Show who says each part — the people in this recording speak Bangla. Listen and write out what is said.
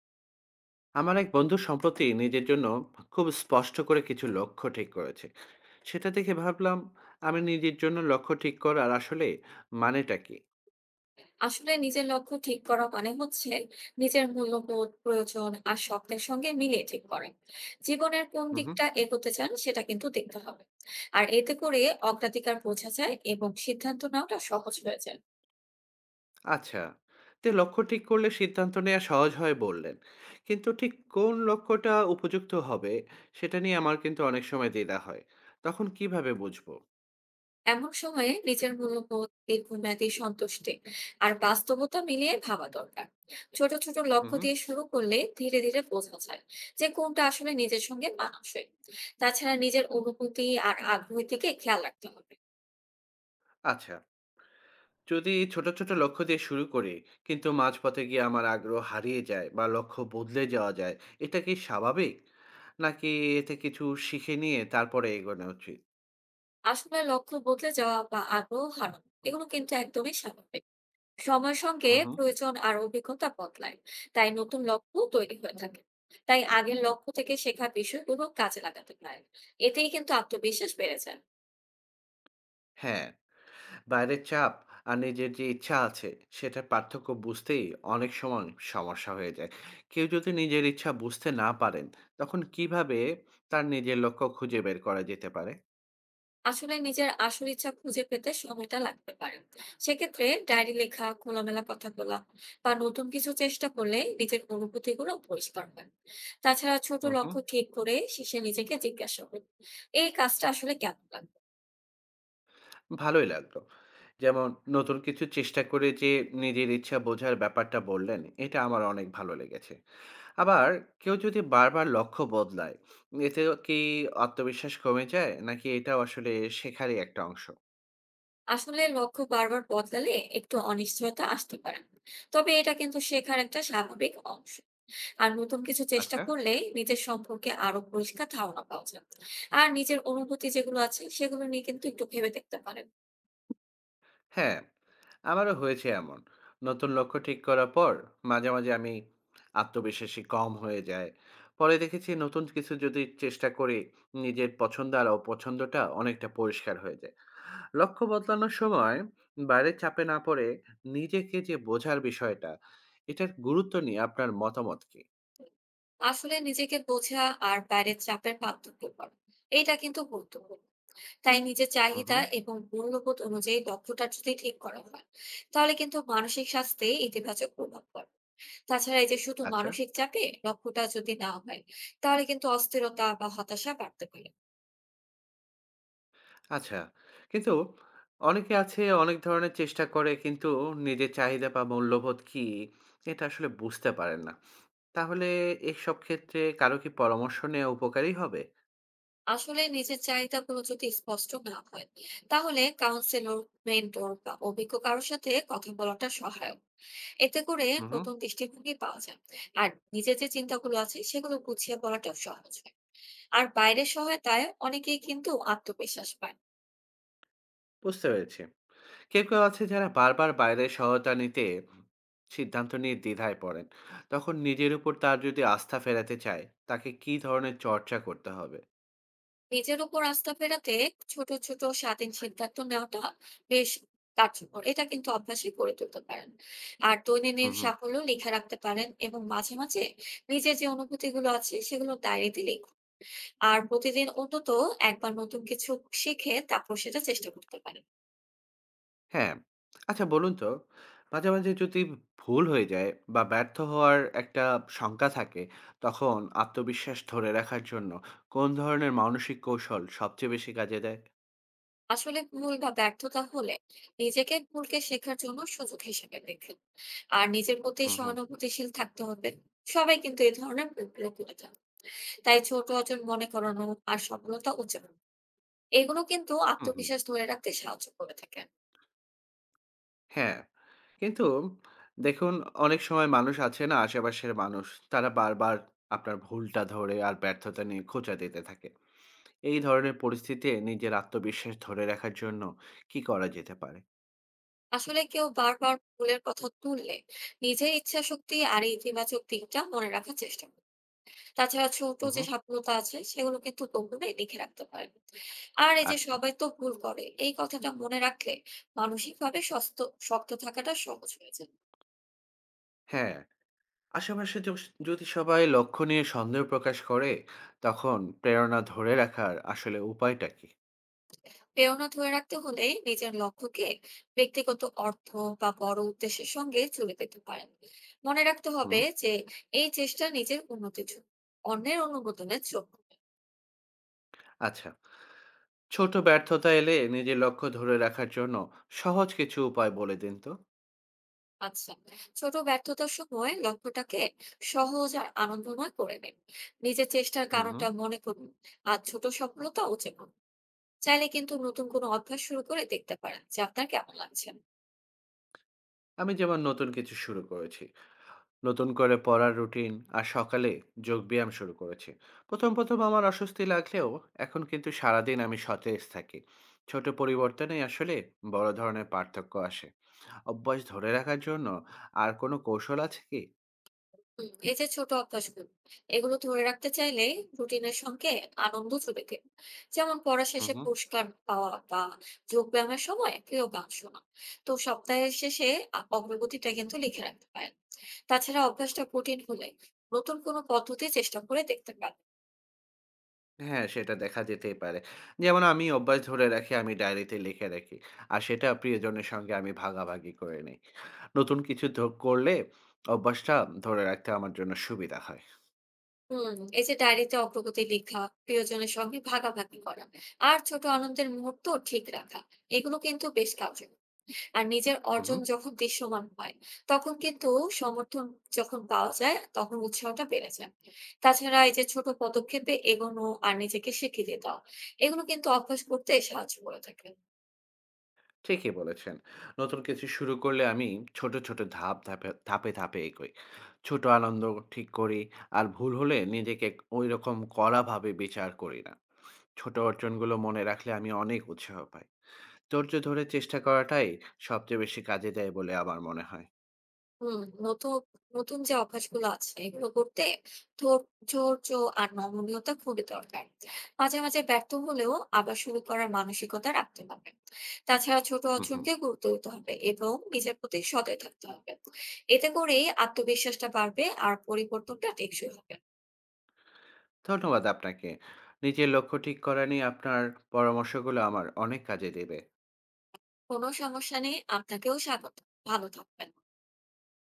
Speaker 1: আমার এক বন্ধু সম্প্রতি নিজের জন্য খুব স্পষ্ট করে কিছু লক্ষ্য ঠিক করেছে। সেটা দেখে ভাবলাম, আমি নিজের জন্য লক্ষ্য ঠিক করার আসলে মানেটা কি?
Speaker 2: আসলে নিজের লক্ষ্য ঠিক করা মানে হচ্ছে নিজের মূল্যবোধ প্রয়োজন আর স্বপ্নের সঙ্গে মিলিয়ে ঠিক করেন। জীবনের কোন
Speaker 1: হুম।
Speaker 2: দিকটা এগোতে চান সেটা কিন্তু দেখতে হবে। আর এতে করে অগ্রাধিকার বোঝা যায় এবং সিদ্ধান্ত নেওয়াটা সহজ হয়ে যায়।
Speaker 1: আচ্ছা, তে লক্ষ্য ঠিক করলে সিদ্ধান্ত নেওয়া সহজ হয় বললেন, কিন্তু ঠিক কোন লক্ষ্যটা উপযুক্ত হবে সেটা নিয়ে আমার কিন্তু অনেক সময় দ্বিধা হয়। তখন কিভাবে বুঝবো?
Speaker 2: এমন সময়ে নিজের মূল্যবোধ, দীর্ঘমেয়াদী সন্তুষ্টি আর বাস্তবতা মিলিয়ে ভাবা দরকার। ছোট ছোট লক্ষ্য
Speaker 1: হুম।
Speaker 2: দিয়ে শুরু করলে ধীরে ধীরে বোঝা যায় যে কোনটা আসলে নিজের সঙ্গে মানানসই। তাছাড়া নিজের অনুভূতি আর আগ্রহের দিকে খেয়াল রাখতে হবে।
Speaker 1: আচ্ছা, যদি ছোট, ছোট লক্ষ্য দিয়ে শুরু করি, কিন্তু মাঝপথে গিয়ে আমার আগ্রহ হারিয়ে যায় বা লক্ষ্য বদলে যাওয়া যায়, এটা কি স্বাভাবিক? নাকি এতে কিছু শিখে নিয়ে তারপরে এগোনো উচিত?
Speaker 2: আসলে লক্ষ্য বদলে যাওয়া বা আগ্রহ হারানো এগুলো কিন্তু একদমই স্বাভাবিক। সময়ের সঙ্গে
Speaker 1: হুম, হুম।
Speaker 2: প্রয়োজন আর অভিজ্ঞতা বদলায়, তাই নতুন লক্ষ্য তৈরি হয়ে থাকে। তাই আগের লক্ষ্য থেকে শেখা বিষয়গুলো কাজে লাগাতে পারেন, এতেই কিন্তু আত্মবিশ্বাস বেড়ে যায়।
Speaker 1: হ্যাঁ, বাইরের চাপ আর নিজের যে ইচ্ছা আছে, সেটার পার্থক্য বুঝতেই অনেক সময় সমস্যা হয়ে যায়। কেউ যদি নিজের ইচ্ছা বুঝতে না পারেন, তখন কিভাবে তার নিজের লক্ষ্য খুঁজে বের করা যেতে পারে?
Speaker 2: আসলে নিজের আসল ইচ্ছা খুঁজে পেতে সময়টা লাগতে পারে। সেক্ষেত্রে ডায়েরি লেখা, খোলামেলা কথা বলা বা নতুন কিছু চেষ্টা করলে নিজের অনুভূতিগুলো পরিষ্কার হয়। তাছাড়া ছোট
Speaker 1: হুম, হুম।
Speaker 2: লক্ষ্য ঠিক করে শেষে নিজেকে জিজ্ঞাসা করুন এই কাজটা আসলে কেমন লাগে।
Speaker 1: ভালোই লাগলো। যেমন নতুন কিছু চেষ্টা করে যে নিজের ইচ্ছা বোঝার ব্যাপারটা বললেন, এটা আমার অনেক ভালো লেগেছে। আবার কেউ যদি বারবার লক্ষ্য বদলায়, এতেও কি আত্মবিশ্বাস কমে যায়? নাকি এটাও আসলে শেখারই একটা অংশ?
Speaker 2: আসলে লক্ষ্য বারবার বদলালে একটু অনিশ্চয়তা আসতে পারে, তবে এটা কিন্তু শেখার একটা স্বাভাবিক অংশ। আর নতুন কিছু চেষ্টা
Speaker 1: আচ্ছা।
Speaker 2: করলে নিজের সম্পর্কে আরো পরিষ্কার ধারণা পাওয়া যায়। আর নিজের অনুভূতি যেগুলো আছে সেগুলো নিয়ে কিন্তু একটু ভেবে দেখতে পারেন।
Speaker 1: হ্যাঁ, আমারও হয়েছে এমন। নতুন লক্ষ্য ঠিক করার পর মাঝে, মাঝে আমি আত্মবিশ্বাসী কম হয়ে যায়। পরে দেখেছি নতুন কিছু যদি চেষ্টা করি, নিজের পছন্দ আর অপছন্দটা অনেকটা পরিষ্কার হয়ে যায়। লক্ষ্য বদলানোর সময় বাইরের চাপে না পড়ে নিজেকে যে বোঝার বিষয়টা, এটার গুরুত্ব নিয়ে আপনার মতামত কি?
Speaker 2: আসলে নিজেকে বোঝা আর বাইরের চাপের পার্থক্য করা, এটা কিন্তু গুরুত্বপূর্ণ। তাই নিজের
Speaker 1: হুম,
Speaker 2: চাহিদা
Speaker 1: হুম।
Speaker 2: এবং মূল্যবোধ অনুযায়ী লক্ষ্যটা যদি ঠিক করা হয় তাহলে কিন্তু মানসিক স্বাস্থ্যে ইতিবাচক প্রভাব পড়ে। তাছাড়া এই যে শুধু
Speaker 1: আচ্ছা।
Speaker 2: মানসিক চাপে লক্ষ্যটা যদি না হয় তাহলে কিন্তু অস্থিরতা বা হতাশা বাড়তে পারে।
Speaker 1: আচ্ছা, কিন্তু অনেকে আছে অনেক ধরনের চেষ্টা করে, কিন্তু নিজের চাহিদা বা মূল্যবোধ কী, এটা আসলে বুঝতে পারেন না। তাহলে এসব ক্ষেত্রে কারো কি পরামর্শ নেওয়া উপকারী হবে?
Speaker 2: আসলে নিজের চাহিদাগুলো যদি স্পষ্ট না হয় তাহলে কাউন্সিলর, মেন্টর বা অভিজ্ঞ কারোর সাথে কথা বলাটা সহায়ক। এতে করে
Speaker 1: হুম, হুম।
Speaker 2: নতুন দৃষ্টিভঙ্গি পাওয়া যায়। আর নিজের যে চিন্তাগুলো আছে সেগুলো গুছিয়ে বলাটাও সহজ হয়। আর বাইরের সহায়তায় অনেকেই কিন্তু আত্মবিশ্বাস পায়।
Speaker 1: বুঝতে পেরেছি। কেউ, কেউ আছে যারা বারবার বাইরের সহায়তা নিতে সিদ্ধান্ত নিয়ে দ্বিধায় পড়েন। তখন নিজের উপর তার যদি আস্থা ফেরাতে চায়, তাকে কী ধরনের চর্চা করতে হবে?
Speaker 2: নিজের উপর আস্থা ফেরাতে ছোট ছোট স্বাধীন সিদ্ধান্ত নেওয়াটা বেশ কার্যকর, এটা কিন্তু অভ্যাসই করে তুলতে পারেন। আর দৈনন্দিন
Speaker 1: হুম, হুম।
Speaker 2: সাফল্য লিখে রাখতে পারেন এবং মাঝে মাঝে নিজের যে অনুভূতি গুলো আছে সেগুলো ডায়েরিতে লিখুন। আর প্রতিদিন অন্তত একবার নতুন কিছু শিখে তারপর সেটা চেষ্টা করতে পারেন।
Speaker 1: হ্যাঁ। আচ্ছা বলুন তো, মাঝে, মাঝে যদি ভুল হয়ে যায় বা ব্যর্থ হওয়ার একটা শঙ্কা থাকে, তখন আত্মবিশ্বাস ধরে রাখার জন্য কোন ধরনের মানসিক কৌশল সবচেয়ে বেশি কাজে দেয়?
Speaker 2: আসলে ভুল বা ব্যর্থতা হলে নিজেকে, ভুলকে শেখার জন্য সুযোগ হিসেবে দেখুন। আর নিজের প্রতি
Speaker 1: হুম, হুম,
Speaker 2: সহানুভূতিশীল থাকতে হবে। সবাই কিন্তু এই ধরনের ভুলগুলো করে থাকে। তাই ছোট অর্জন মনে করানো আর সফলতা উদযাপন, এগুলো কিন্তু
Speaker 1: হুম, হুম।
Speaker 2: আত্মবিশ্বাস ধরে রাখতে সাহায্য করে থাকে।
Speaker 1: হ্যাঁ, কিন্তু দেখুন, অনেক সময় মানুষ আছে না আশেপাশের মানুষ, তারা বারবার আপনার ভুলটা ধরে আর ব্যর্থতা নিয়ে খোঁচা দিতে থাকে। এই ধরনের পরিস্থিতিতে নিজের আত্মবিশ্বাস ধরে রাখার জন্য কি করা যেতে পারে?
Speaker 2: আসলে কেউ বারবার ভুলের কথা তুললে নিজের ইচ্ছা শক্তি আর এই ইতিবাচক দিকটা মনে রাখার চেষ্টা করে। তাছাড়া ছোট
Speaker 1: হুম,
Speaker 2: যে
Speaker 1: হুম।
Speaker 2: সফলতা আছে সেগুলো কিন্তু গোপনে লিখে রাখতে পারে। আর এই যে
Speaker 1: আচ্ছা।
Speaker 2: সবাই তো ভুল করে, এই কথাটা মনে রাখলে মানসিক ভাবে শক্ত শক্ত থাকাটা সহজ হয়ে যায়।
Speaker 1: হ্যাঁ। আশেপাশে যদি সবাই লক্ষ্য নিয়ে সন্দেহ প্রকাশ করে, তখন প্রেরণা ধরে রাখার আসলে উপায়টা কি?
Speaker 2: প্রেরণা ধরে রাখতে হলে নিজের লক্ষ্যকে ব্যক্তিগত অর্থ বা বড় উদ্দেশ্যের সঙ্গে জুড়ে পেতে পারেন। মনে রাখতে হবে
Speaker 1: হুম।
Speaker 2: যে এই চেষ্টা নিজের উন্নতির জন্য, অন্যের অনুমোদনের জন্য।
Speaker 1: আচ্ছা, ছোট ব্যর্থতা এলে নিজের লক্ষ্য ধরে রাখার জন্য সহজ কিছু উপায় বলে দিন তো।
Speaker 2: আচ্ছা, ছোট ব্যর্থতার সময় লক্ষ্যটাকে সহজ আর আনন্দময় করে নিন। নিজের চেষ্টার
Speaker 1: হুম,
Speaker 2: কারণটা
Speaker 1: হুম।
Speaker 2: মনে করুন আর ছোট সফলতা উদযাপন। চাইলে কিন্তু নতুন কোনো অভ্যাস শুরু করে দেখতে পারেন যে আপনার কেমন লাগছে।
Speaker 1: আমি যেমন নতুন কিছু শুরু করেছি, নতুন করে পড়ার রুটিন আর সকালে যোগব্যায়াম শুরু করেছি। প্রথম প্রথম আমার অস্বস্তি লাগলেও এখন কিন্তু সারাদিন আমি সতেজ থাকি। ছোট পরিবর্তনেই আসলে বড় ধরনের পার্থক্য আসে। অভ্যাস ধরে রাখার জন্য আর কোনো কৌশল আছে কি?
Speaker 2: হুম, এই যে ছোট অভ্যাসগুলো এগুলো ধরে রাখতে চাইলে রুটিনের সঙ্গে আনন্দ জুড়ে দিন। যেমন পড়া
Speaker 1: হুম,
Speaker 2: শেষে
Speaker 1: হুম।
Speaker 2: পুরস্কার পাওয়া বা যোগ ব্যায়ামের সময় প্রিয় গান শোনা। তো সপ্তাহের শেষে অগ্রগতিটা কিন্তু লিখে রাখতে পারেন। তাছাড়া অভ্যাসটা কঠিন হলে নতুন কোনো পদ্ধতি চেষ্টা করে দেখতে পারেন।
Speaker 1: হ্যাঁ, সেটা দেখা যেতেই পারে। যেমন আমি অভ্যাস ধরে রাখি, আমি ডায়েরিতে লিখে রাখি। আর সেটা প্রিয়জনের সঙ্গে আমি ভাগাভাগি করে নেই। নতুন কিছু করলে অভ্যাসটা ধরে রাখতে আমার জন্য সুবিধা হয়।
Speaker 2: হুম, এই যে ডায়েরিতে অগ্রগতি লেখা, প্রিয়জনের সঙ্গে ভাগাভাগি করা আর ছোট আনন্দের মুহূর্ত ঠিক রাখা, এগুলো কিন্তু বেশ কার্যকর। আর নিজের
Speaker 1: হুম,
Speaker 2: অর্জন
Speaker 1: হুম।
Speaker 2: যখন দৃশ্যমান হয়, তখন কিন্তু সমর্থন যখন পাওয়া যায় তখন উৎসাহটা বেড়ে যায়। তাছাড়া এই যে ছোট পদক্ষেপে এগোনো আর নিজেকে স্বীকৃতি দাও, এগুলো কিন্তু অভ্যাস করতে সাহায্য করে থাকে।
Speaker 1: ঠিকই বলেছেন। নতুন কিছু শুরু করলে আমি ছোট, ছোট ধাপ ধাপে ধাপে, ধাপে এগোই। ছোট আনন্দ ঠিক করি। আর ভুল হলে নিজেকে ঐরকম কড়াভাবে বিচার করি না। ছোট অর্জনগুলো মনে রাখলে আমি অনেক উৎসাহ পাই। ধৈর্য ধরে চেষ্টা করাটাই সবচেয়ে বেশি কাজে দেয় বলে আমার মনে হয়।
Speaker 2: হুম, নতুন নতুন যে অভ্যাসগুলো আছে এগুলো করতে ধৈর্য আর নমনীয়তা খুবই দরকার। মাঝে মাঝে ব্যর্থ হলেও আবার শুরু করার মানসিকতা রাখতে হবে। তাছাড়া ছোট
Speaker 1: হুম, হুম।
Speaker 2: অর্জনকে গুরুত্ব দিতে হবে এবং নিজের প্রতি সদয় থাকতে হবে। এতে করেই আত্মবিশ্বাসটা বাড়বে আর পরিবর্তনটা টেকসই হবে।
Speaker 1: ধন্যবাদ আপনাকে। নিজের লক্ষ্য ঠিক করা নিয়ে আপনার পরামর্শগুলো আমার অনেক কাজে দেবে।
Speaker 2: কোনো সমস্যা নেই, আপনাকেও স্বাগত। ভালো থাকবেন।